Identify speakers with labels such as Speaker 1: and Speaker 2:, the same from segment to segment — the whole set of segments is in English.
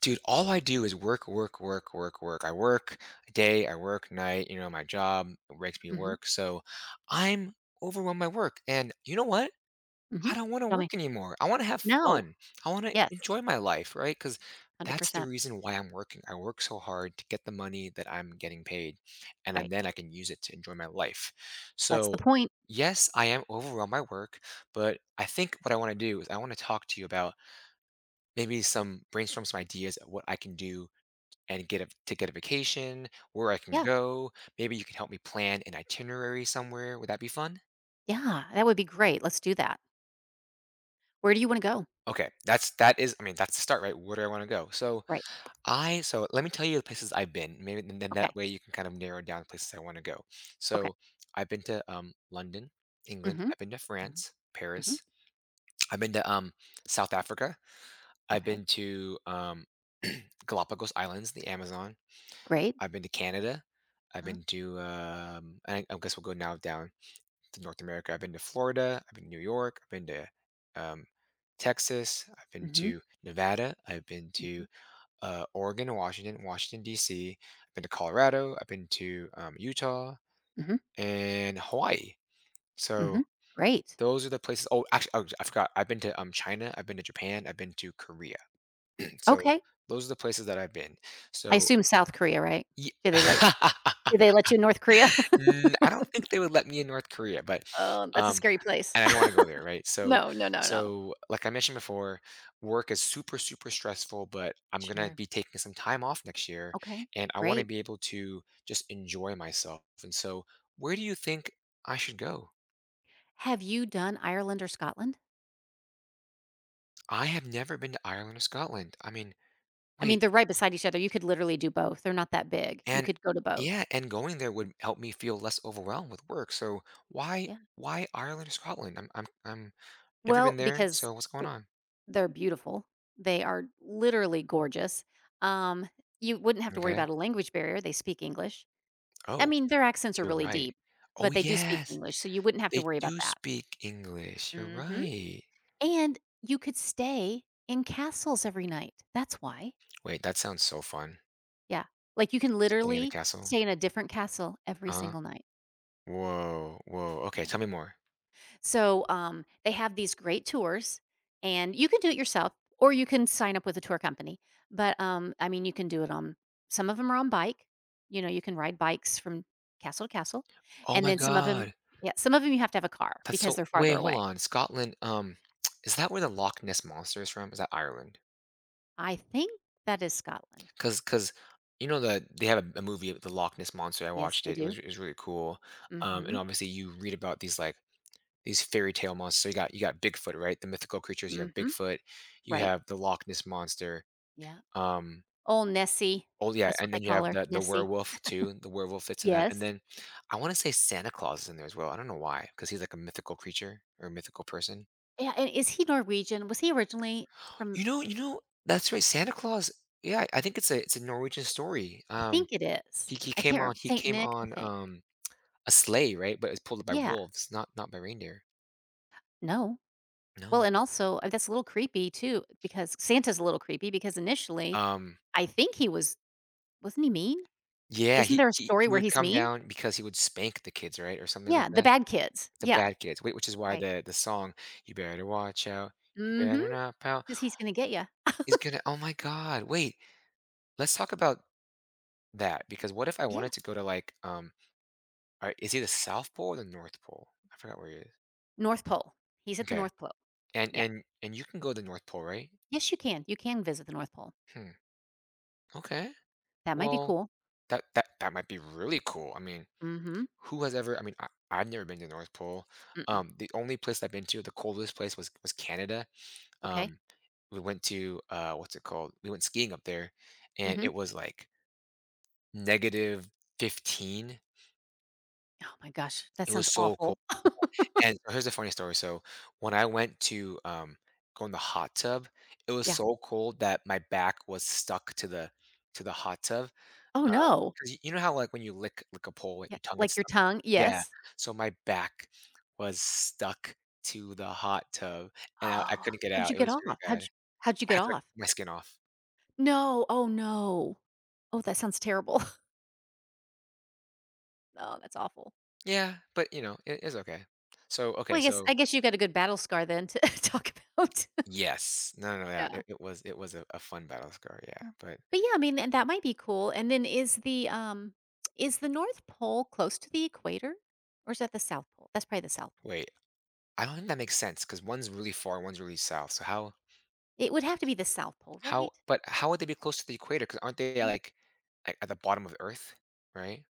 Speaker 1: Dude, all I do is work, work, work, work, work. I work day, I work night, you know, my job makes me
Speaker 2: Mhm,
Speaker 1: work. So I'm overwhelmed by work. And you know what?
Speaker 2: mhm.
Speaker 1: I don't want to
Speaker 2: Tell me.
Speaker 1: work anymore. I want to have
Speaker 2: No.
Speaker 1: fun. I want to
Speaker 2: Yes,
Speaker 1: enjoy my life, right? Because that's the
Speaker 2: 100%.
Speaker 1: reason why I'm working. I work so hard to get the money that I'm getting paid, and then
Speaker 2: Right.
Speaker 1: then I can use it to enjoy my life.
Speaker 2: That's the
Speaker 1: So,
Speaker 2: point.
Speaker 1: yes, I am overwhelmed by work, but I think what I want to do is I want to talk to you about maybe some brainstorm some ideas of what I can do and get a vacation, where I can
Speaker 2: Yeah,
Speaker 1: go. Maybe you can help me plan an itinerary somewhere. Would that be fun?
Speaker 2: yeah, that would be great. Let's do that. Where do you wanna go?
Speaker 1: Okay, that's that is that's the start, right? Where do I want to go? So
Speaker 2: Right.
Speaker 1: I so let me tell you the places I've been. Maybe and then that
Speaker 2: Okay,
Speaker 1: way you can kind of narrow down the places I want to go.
Speaker 2: okay.
Speaker 1: So I've been to London, England.
Speaker 2: Mhm,
Speaker 1: I've been to
Speaker 2: mhm,
Speaker 1: France,
Speaker 2: mhm.
Speaker 1: Paris. I've been to South Africa. I've
Speaker 2: Okay,
Speaker 1: been to Galapagos Islands, the Amazon.
Speaker 2: great.
Speaker 1: I've been to Canada. I've
Speaker 2: Uh-huh.
Speaker 1: been to I guess we'll go now down to North America. I've been to Florida. I've been to New York. I've been to um, Texas. I've been
Speaker 2: Mhm,
Speaker 1: to Nevada. I've been to
Speaker 2: mhm,
Speaker 1: Oregon, Washington, Washington D.C. I've been to Colorado. I've been to Utah
Speaker 2: mhm,
Speaker 1: and Hawaii. So
Speaker 2: mhm. Great.
Speaker 1: those are the places. Oh, actually, oh, I forgot. I've been to China. I've been to Japan. I've been to Korea. So
Speaker 2: Okay.
Speaker 1: those are the places that I've been.
Speaker 2: I
Speaker 1: So.
Speaker 2: assume South Korea, right?
Speaker 1: ye-
Speaker 2: Did they let did they let you in North Korea?
Speaker 1: Mm, I don't think they would let me in North Korea, but,
Speaker 2: Oh, that's a
Speaker 1: um
Speaker 2: scary place.
Speaker 1: and I don't wanna go there, right? So
Speaker 2: No, no, no, no.
Speaker 1: so, like I mentioned before, work is super, super stressful, but I'm gonna
Speaker 2: Sure.
Speaker 1: be taking some time off next year,
Speaker 2: Okay,
Speaker 1: and I wanna
Speaker 2: great.
Speaker 1: be able to just enjoy myself, and so, where do you think I should go?
Speaker 2: Have you done Ireland or Scotland?
Speaker 1: I have never been to Ireland or Scotland. I mean
Speaker 2: I mean,
Speaker 1: wait,
Speaker 2: they're right beside each other. You could literally do both. They're not that big. You
Speaker 1: and
Speaker 2: could go to both.
Speaker 1: yeah, and going there would help me feel less overwhelmed with work, so why
Speaker 2: Yeah.
Speaker 1: why Ireland or Scotland? I'm never
Speaker 2: Well,
Speaker 1: been there,
Speaker 2: because
Speaker 1: so what's going
Speaker 2: w
Speaker 1: on?
Speaker 2: they're beautiful. They are literally gorgeous. Um, you wouldn't have to worry
Speaker 1: Okay.
Speaker 2: about a language barrier. They speak English. I
Speaker 1: Oh,
Speaker 2: mean, their accents are
Speaker 1: you're
Speaker 2: really
Speaker 1: right.
Speaker 2: deep,
Speaker 1: Oh,
Speaker 2: but they do speak
Speaker 1: yes.
Speaker 2: English, so you wouldn't have to
Speaker 1: They
Speaker 2: worry about
Speaker 1: do
Speaker 2: that.
Speaker 1: speak English. You're
Speaker 2: Mhm.
Speaker 1: right.
Speaker 2: And you could stay in castles every night. That's why.
Speaker 1: Wait, that sounds so fun.
Speaker 2: Yeah. Like, you can
Speaker 1: Staying in a
Speaker 2: literally
Speaker 1: castle.
Speaker 2: stay in a different castle every
Speaker 1: Uh-huh.
Speaker 2: single night.
Speaker 1: Whoa, whoa. Okay, tell me more.
Speaker 2: So they have these great tours, and you can do it yourself, or you can sign up with a tour company. But I mean, you can do it on some of them are on bike. You know, you can ride bikes from castle to castle,
Speaker 1: Oh
Speaker 2: and
Speaker 1: my
Speaker 2: then some of them,
Speaker 1: God.
Speaker 2: yeah, some of them you have to have a car
Speaker 1: That's
Speaker 2: because
Speaker 1: so
Speaker 2: they're
Speaker 1: wait,
Speaker 2: farther
Speaker 1: hold
Speaker 2: away.
Speaker 1: on. Scotland, is that where the Loch Ness Monster is from? Is that Ireland?
Speaker 2: I think that is Scotland.
Speaker 1: Cause cause you know that they have a movie, The Loch Ness Monster. I
Speaker 2: Yes,
Speaker 1: watched
Speaker 2: they
Speaker 1: it.
Speaker 2: do.
Speaker 1: It was really cool.
Speaker 2: Mm-hmm.
Speaker 1: And obviously you read about these fairy tale monsters. So you got Bigfoot, right? The mythical creatures. You have
Speaker 2: Mm-hmm.
Speaker 1: Bigfoot. You
Speaker 2: Right.
Speaker 1: have the Loch Ness monster.
Speaker 2: Yeah.
Speaker 1: Um,
Speaker 2: Oh, Nessie.
Speaker 1: oh yeah,
Speaker 2: That's what
Speaker 1: and
Speaker 2: they
Speaker 1: then you
Speaker 2: call
Speaker 1: have
Speaker 2: her,
Speaker 1: the
Speaker 2: Nessie.
Speaker 1: werewolf too. The werewolf fits in that. And
Speaker 2: Yes.
Speaker 1: then I want to say Santa Claus is in there as well. I don't know why, because he's like a mythical creature or a mythical person.
Speaker 2: Yeah. And is he Norwegian? Was he originally from.
Speaker 1: You know that's right. Santa Claus. Yeah, I think it's a Norwegian story.
Speaker 2: I think it is. I can't rem
Speaker 1: He
Speaker 2: Saint
Speaker 1: came
Speaker 2: Nick, I
Speaker 1: on
Speaker 2: think.
Speaker 1: a sleigh, right? But it's pulled by
Speaker 2: Yeah,
Speaker 1: wolves, not by reindeer.
Speaker 2: no. Well,
Speaker 1: No.
Speaker 2: and also, that's a little creepy too because Santa's a little creepy because initially,
Speaker 1: Um,
Speaker 2: I think he was wasn't he mean?
Speaker 1: Yeah,
Speaker 2: Isn't there a story
Speaker 1: he
Speaker 2: where
Speaker 1: would
Speaker 2: he's
Speaker 1: come
Speaker 2: mean?
Speaker 1: down because he would spank the kids, right, or something like
Speaker 2: Yeah, the
Speaker 1: that?
Speaker 2: bad kids.
Speaker 1: The
Speaker 2: Yeah,
Speaker 1: bad kids. Wait, which is why
Speaker 2: right.
Speaker 1: the song, "You better watch out, you
Speaker 2: Mm-hmm.
Speaker 1: better not pout,"
Speaker 2: Because he's gonna get you.
Speaker 1: is gonna oh my god, wait, let's talk about that, because what if I
Speaker 2: Yeah,
Speaker 1: wanted to go to, like, is he the South Pole or the North Pole? I forgot where he is.
Speaker 2: North Pole. He's at the
Speaker 1: Okay,
Speaker 2: North Pole.
Speaker 1: and
Speaker 2: Yeah.
Speaker 1: you can go to the North Pole, right?
Speaker 2: Yes, you can. You can visit the North Pole.
Speaker 1: Hmm, okay.
Speaker 2: That might be
Speaker 1: Well,
Speaker 2: cool.
Speaker 1: that might be really cool,
Speaker 2: Mhm.
Speaker 1: who has ever I I've never been to the North Pole.
Speaker 2: Mm-mm.
Speaker 1: The only place I've been to, the coldest place was Canada.
Speaker 2: Okay.
Speaker 1: Um, we went to, what's it called? We went skiing up there, and
Speaker 2: Mhm.
Speaker 1: it was, like, -15.
Speaker 2: Oh my gosh, that
Speaker 1: It
Speaker 2: sounds
Speaker 1: was so cold,
Speaker 2: awful.
Speaker 1: and here's a funny story. So, when I went to, go in the hot tub, it was
Speaker 2: Yeah.
Speaker 1: so cold that my back was stuck to the hot tub,
Speaker 2: Oh,
Speaker 1: Um,
Speaker 2: no.
Speaker 1: 'cause y you know how, like, when you lick a pole, like,
Speaker 2: Yeah,
Speaker 1: your tongue gets
Speaker 2: like your
Speaker 1: stuck?
Speaker 2: tongue?
Speaker 1: Yeah.
Speaker 2: Yes.
Speaker 1: So my back was stuck to the hot tub, and I
Speaker 2: Oh,
Speaker 1: couldn't get
Speaker 2: how'd you
Speaker 1: out. It
Speaker 2: get
Speaker 1: was
Speaker 2: off?
Speaker 1: really bad.
Speaker 2: How'd you how'd you
Speaker 1: I
Speaker 2: get
Speaker 1: had to, like,
Speaker 2: off?
Speaker 1: pull my skin off.
Speaker 2: No. Oh, no. Oh, that sounds terrible. Oh, that's awful.
Speaker 1: Yeah, but, you know, it's okay. So
Speaker 2: Well,
Speaker 1: okay, so
Speaker 2: I guess you got a good battle scar then to talk about.
Speaker 1: yes. No, no, no, yeah,
Speaker 2: Yeah.
Speaker 1: it was a fun battle scar, yeah,
Speaker 2: Uh,
Speaker 1: but
Speaker 2: but yeah, I mean, and that might be cool. And then is the North Pole close to the equator? Or is that the South Pole? That's probably the South Pole.
Speaker 1: wait, I don't think that makes sense because one's really far, one's really south, so
Speaker 2: It would have to be the South Pole, right?
Speaker 1: how would they be close to the equator? Because 'Cause aren't they,
Speaker 2: Well,
Speaker 1: like, at the bottom of Earth, right?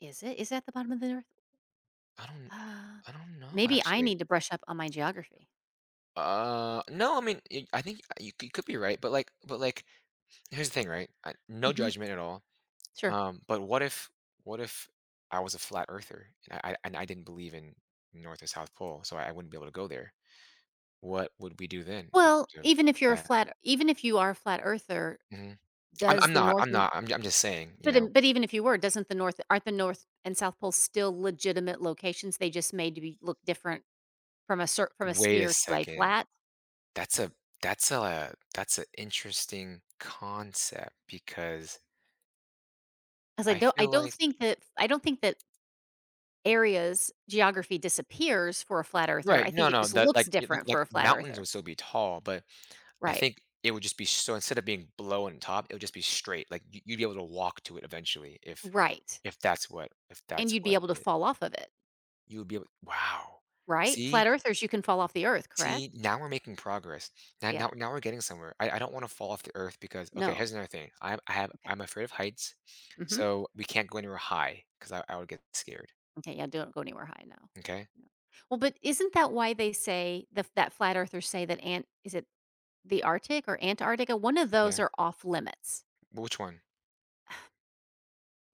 Speaker 2: is it? Is that the bottom of the North?
Speaker 1: I don't
Speaker 2: Uh,
Speaker 1: I don't know,
Speaker 2: maybe I
Speaker 1: actually.
Speaker 2: need to brush up on my geography.
Speaker 1: No, I mean, y I think you could be right, but, like, here's the thing, right? I no
Speaker 2: Mhm.
Speaker 1: judgment at all,
Speaker 2: Sure.
Speaker 1: but what if I was a flat earther and I didn't believe in North or South Pole, so I wouldn't be able to go there? What would we do then in
Speaker 2: Well,
Speaker 1: terms of that?
Speaker 2: even if you are a flat earther,
Speaker 1: Mhm.
Speaker 2: does the North
Speaker 1: I'm
Speaker 2: and
Speaker 1: not, I'm just saying, you
Speaker 2: but
Speaker 1: know?
Speaker 2: then but even if you were, doesn't the North aren't the North and South poles still legitimate locations? They just made to be look different from a
Speaker 1: Wait a
Speaker 2: sphere to a flat.
Speaker 1: second.
Speaker 2: Flat?
Speaker 1: That's a that's an interesting concept because
Speaker 2: 'Cause
Speaker 1: I
Speaker 2: I
Speaker 1: feel
Speaker 2: don't
Speaker 1: like
Speaker 2: think that areas geography disappears for a flat earther.
Speaker 1: right,
Speaker 2: I think
Speaker 1: no,
Speaker 2: it
Speaker 1: no,
Speaker 2: just
Speaker 1: that
Speaker 2: looks
Speaker 1: like y like
Speaker 2: different for
Speaker 1: like
Speaker 2: a flat
Speaker 1: mountains
Speaker 2: earther.
Speaker 1: would still be tall, but I
Speaker 2: Right.
Speaker 1: think it would just be so instead of being below and top, it would just be straight, like, you'd be able to walk to it eventually
Speaker 2: Right.
Speaker 1: if
Speaker 2: And
Speaker 1: that's
Speaker 2: you'd be
Speaker 1: what
Speaker 2: able to
Speaker 1: it
Speaker 2: fall off of it,
Speaker 1: you would be able wow.
Speaker 2: right? Flat
Speaker 1: See?
Speaker 2: earthers, you can fall off the earth,
Speaker 1: See,
Speaker 2: correct?
Speaker 1: now we're making progress.
Speaker 2: Yeah.
Speaker 1: Now we're getting somewhere. I don't wanna fall off the earth because okay,
Speaker 2: No.
Speaker 1: here's another thing.
Speaker 2: Okay.
Speaker 1: I'm afraid of heights,
Speaker 2: Mhm.
Speaker 1: so we can't go anywhere high 'cause I would get scared,
Speaker 2: Okay, yeah, don't go anywhere high, now.
Speaker 1: okay?
Speaker 2: No. Well, but isn't that why they say the that flat earthers say that Ant is it the Arctic or Antarctica? One of those
Speaker 1: Yeah.
Speaker 2: are off limits.
Speaker 1: Which one?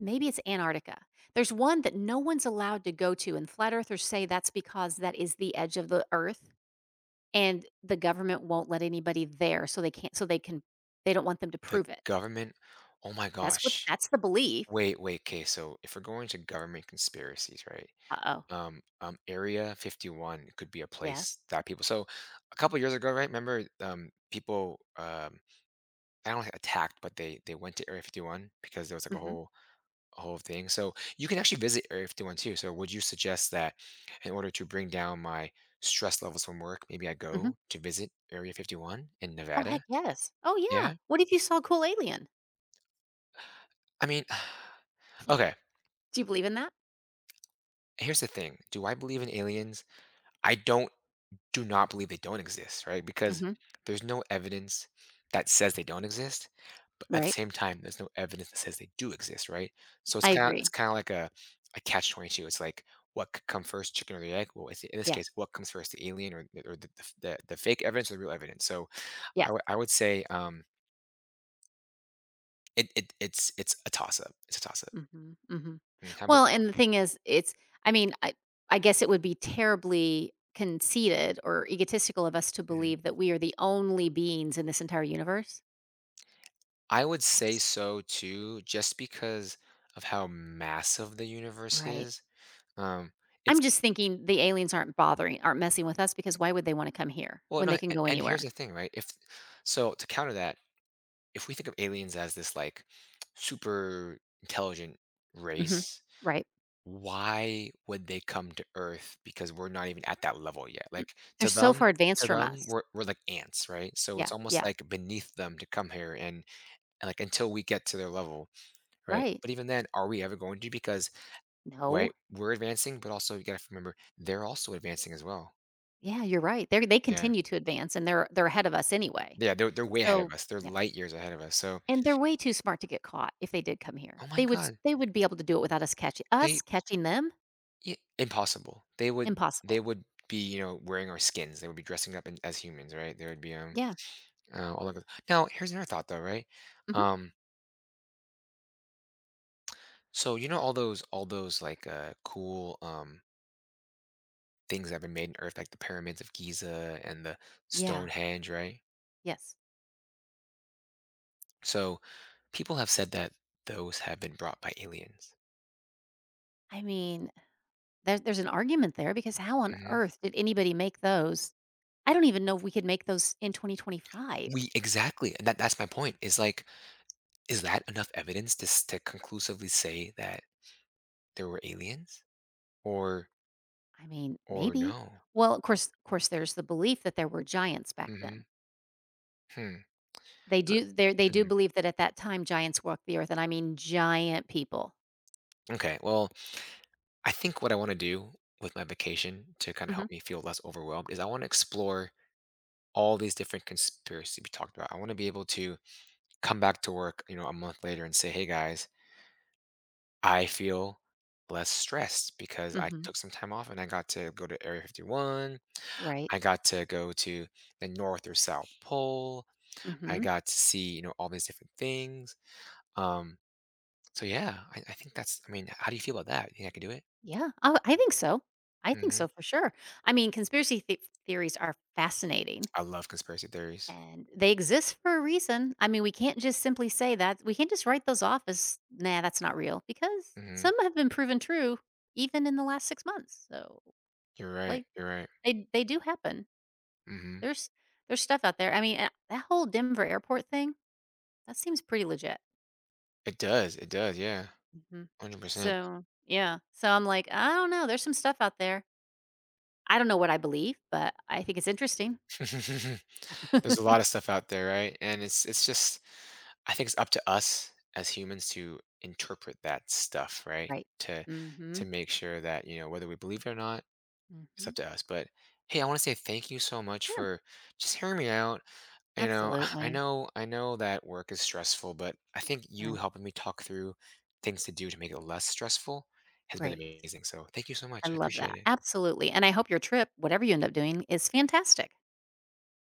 Speaker 2: Maybe it's Antarctica. There's one that no one's allowed to go to, and flat earthers say that's because that is the edge of the earth and the government won't let anybody there, so they can't so they don't want them to
Speaker 1: The
Speaker 2: prove it.
Speaker 1: government? Oh my gosh.
Speaker 2: That's the belief.
Speaker 1: Wait, okay. So if we're going to government conspiracies, right?
Speaker 2: Uh-oh.
Speaker 1: Area 51 could be a
Speaker 2: Yes.
Speaker 1: place that people. So a couple years ago, right? Remember, people, I don't know, attacked, but they went to Area 51 because there was like
Speaker 2: Mhm.
Speaker 1: a whole thing. So you can actually visit Area 51 too. So would you suggest that in order to bring down my stress levels from work, maybe I
Speaker 2: Mhm.
Speaker 1: go to visit Area 51 in
Speaker 2: Oh, heck
Speaker 1: Nevada?
Speaker 2: yes. Oh, yeah.
Speaker 1: Yeah.
Speaker 2: What if you saw a cool alien?
Speaker 1: I mean, okay.
Speaker 2: Do you believe in that?
Speaker 1: Here's the thing. Do I believe in aliens? I don't do not believe they don't exist, right? Because
Speaker 2: Mhm.
Speaker 1: there's no evidence that says they don't exist, but at the
Speaker 2: Right.
Speaker 1: same time, there's no evidence that says they do exist, right? So
Speaker 2: I agree.
Speaker 1: it's kind of like a catch 22. It's like what could come first, chicken or the egg? Well, it's, in this case,
Speaker 2: Yes.
Speaker 1: what comes first, the alien or the fake evidence or the real evidence? So
Speaker 2: Yes.
Speaker 1: I would say it's a toss up. It's a toss up.
Speaker 2: Mhm. Mhm.
Speaker 1: How about
Speaker 2: Well, and the thing is, it's I mean, I guess it would be terribly conceited or egotistical of us to
Speaker 1: mhm.
Speaker 2: believe that we are the only beings in this entire universe.
Speaker 1: I would say
Speaker 2: S-
Speaker 1: so too, just because of how massive the universe
Speaker 2: Right.
Speaker 1: is. Um,
Speaker 2: I'm
Speaker 1: it's
Speaker 2: just thinking the aliens aren't messing with us because why would they wanna come here
Speaker 1: well,
Speaker 2: when they
Speaker 1: no,
Speaker 2: can go
Speaker 1: and here's
Speaker 2: anywhere?
Speaker 1: the thing, right? If so, to counter that, if we think of aliens as this like super intelligent
Speaker 2: Mhm.
Speaker 1: race,
Speaker 2: Right.
Speaker 1: why would they come to Earth? Because we're not even at that level yet.
Speaker 2: Mm.
Speaker 1: Like
Speaker 2: They're
Speaker 1: to
Speaker 2: so
Speaker 1: them,
Speaker 2: far advanced
Speaker 1: to
Speaker 2: from
Speaker 1: them,
Speaker 2: us.
Speaker 1: we're like ants, right? So it's
Speaker 2: Yeah,
Speaker 1: almost
Speaker 2: yeah.
Speaker 1: like beneath them to come here and like until we get to their level, right?
Speaker 2: Right.
Speaker 1: But even then, are we ever going to? Because right,
Speaker 2: No.
Speaker 1: we're advancing, but also you gotta remember they're also advancing as well.
Speaker 2: Yeah, you're right. They
Speaker 1: Yeah.
Speaker 2: continue to advance and they're ahead of us anyway.
Speaker 1: Yeah, they're way ahead
Speaker 2: So,
Speaker 1: of us. They're
Speaker 2: yeah.
Speaker 1: light years ahead of us. So
Speaker 2: And they're way too smart to get caught if they did come here.
Speaker 1: oh my god.
Speaker 2: They would be able to do it without us
Speaker 1: They
Speaker 2: catching them?
Speaker 1: yeah, impossible.
Speaker 2: Impossible.
Speaker 1: They would be, you know, wearing our skins. They would be dressing up in, as humans, right? There would be
Speaker 2: Yeah.
Speaker 1: all of it. Now, here's another thought though, right?
Speaker 2: Mhm.
Speaker 1: Um, so you know all those like cool things that have been made in earth like the pyramids of Giza and the
Speaker 2: Yeah.
Speaker 1: Stonehenge, right?
Speaker 2: Yes.
Speaker 1: So people have said that those have been brought by aliens.
Speaker 2: I mean, there's an argument there because how on
Speaker 1: Hmm,
Speaker 2: earth did anybody make those? I don't even know if we could make those in 2025.
Speaker 1: we exactly and that's my point. Is like is that enough evidence to to conclusively say that there were aliens? Or
Speaker 2: I mean,
Speaker 1: or
Speaker 2: maybe.
Speaker 1: no.
Speaker 2: Well, of course, there's the belief that there were giants back then.
Speaker 1: Mhm. Hmm. But
Speaker 2: They do
Speaker 1: hmm.
Speaker 2: believe that at that time, giants walked the earth, and I mean giant people.
Speaker 1: Okay, well, I think what I wanna do with my vacation to kinda
Speaker 2: Mhm.
Speaker 1: help me feel less overwhelmed is I wanna explore all these different conspiracies we talked about. I wanna be able to come back to work, you know, a month later and say, "Hey, guys, I feel less stressed because I
Speaker 2: Mhm.
Speaker 1: took some time off and I got to go to Area 51.
Speaker 2: Right.
Speaker 1: I got to go to the North or South Pole. I
Speaker 2: Mhm.
Speaker 1: got to see, you know, all these different things." Um, so yeah, I think that's. I mean, how do you feel about that? You think I could do it?
Speaker 2: Yeah, I think so. I think
Speaker 1: Hmm,
Speaker 2: so for sure. I mean, conspiracy the theories are fascinating
Speaker 1: I love conspiracy theories.
Speaker 2: and they exist for a reason. I mean, we can't just simply say that. We can't just write those off as, nah, that's not real because
Speaker 1: Hmm.
Speaker 2: some have been proven true even in the last 6 months. So,
Speaker 1: You're right.
Speaker 2: like,
Speaker 1: You're right.
Speaker 2: they do happen.
Speaker 1: Hmm.
Speaker 2: There's there's stuff out there. I mean, that whole Denver airport thing that seems pretty legit.
Speaker 1: It does. It does. Yeah,
Speaker 2: Hmm.
Speaker 1: 100% percent.
Speaker 2: So yeah, so I'm like, I don't know. There's some stuff out there. I don't know what I believe, but I think it's interesting.
Speaker 1: There's a lot of stuff out there, right? And it's just, I think it's up to us as humans to interpret that stuff, right?
Speaker 2: Right.
Speaker 1: To to
Speaker 2: Mhm,
Speaker 1: make sure that you know whether we believe it or not, it's
Speaker 2: mhm.
Speaker 1: up to us. But hey, I want to say thank you so much
Speaker 2: Sure.
Speaker 1: for just hearing me out. You know,
Speaker 2: Absolutely.
Speaker 1: I know that work is stressful, but I think you
Speaker 2: Right.
Speaker 1: helping me talk through things to do to make it less stressful has been
Speaker 2: Great.
Speaker 1: amazing. So thank you so
Speaker 2: I
Speaker 1: much. I
Speaker 2: love
Speaker 1: appreciate
Speaker 2: that.
Speaker 1: it.
Speaker 2: Absolutely, and I hope your trip, whatever you end up doing, is fantastic.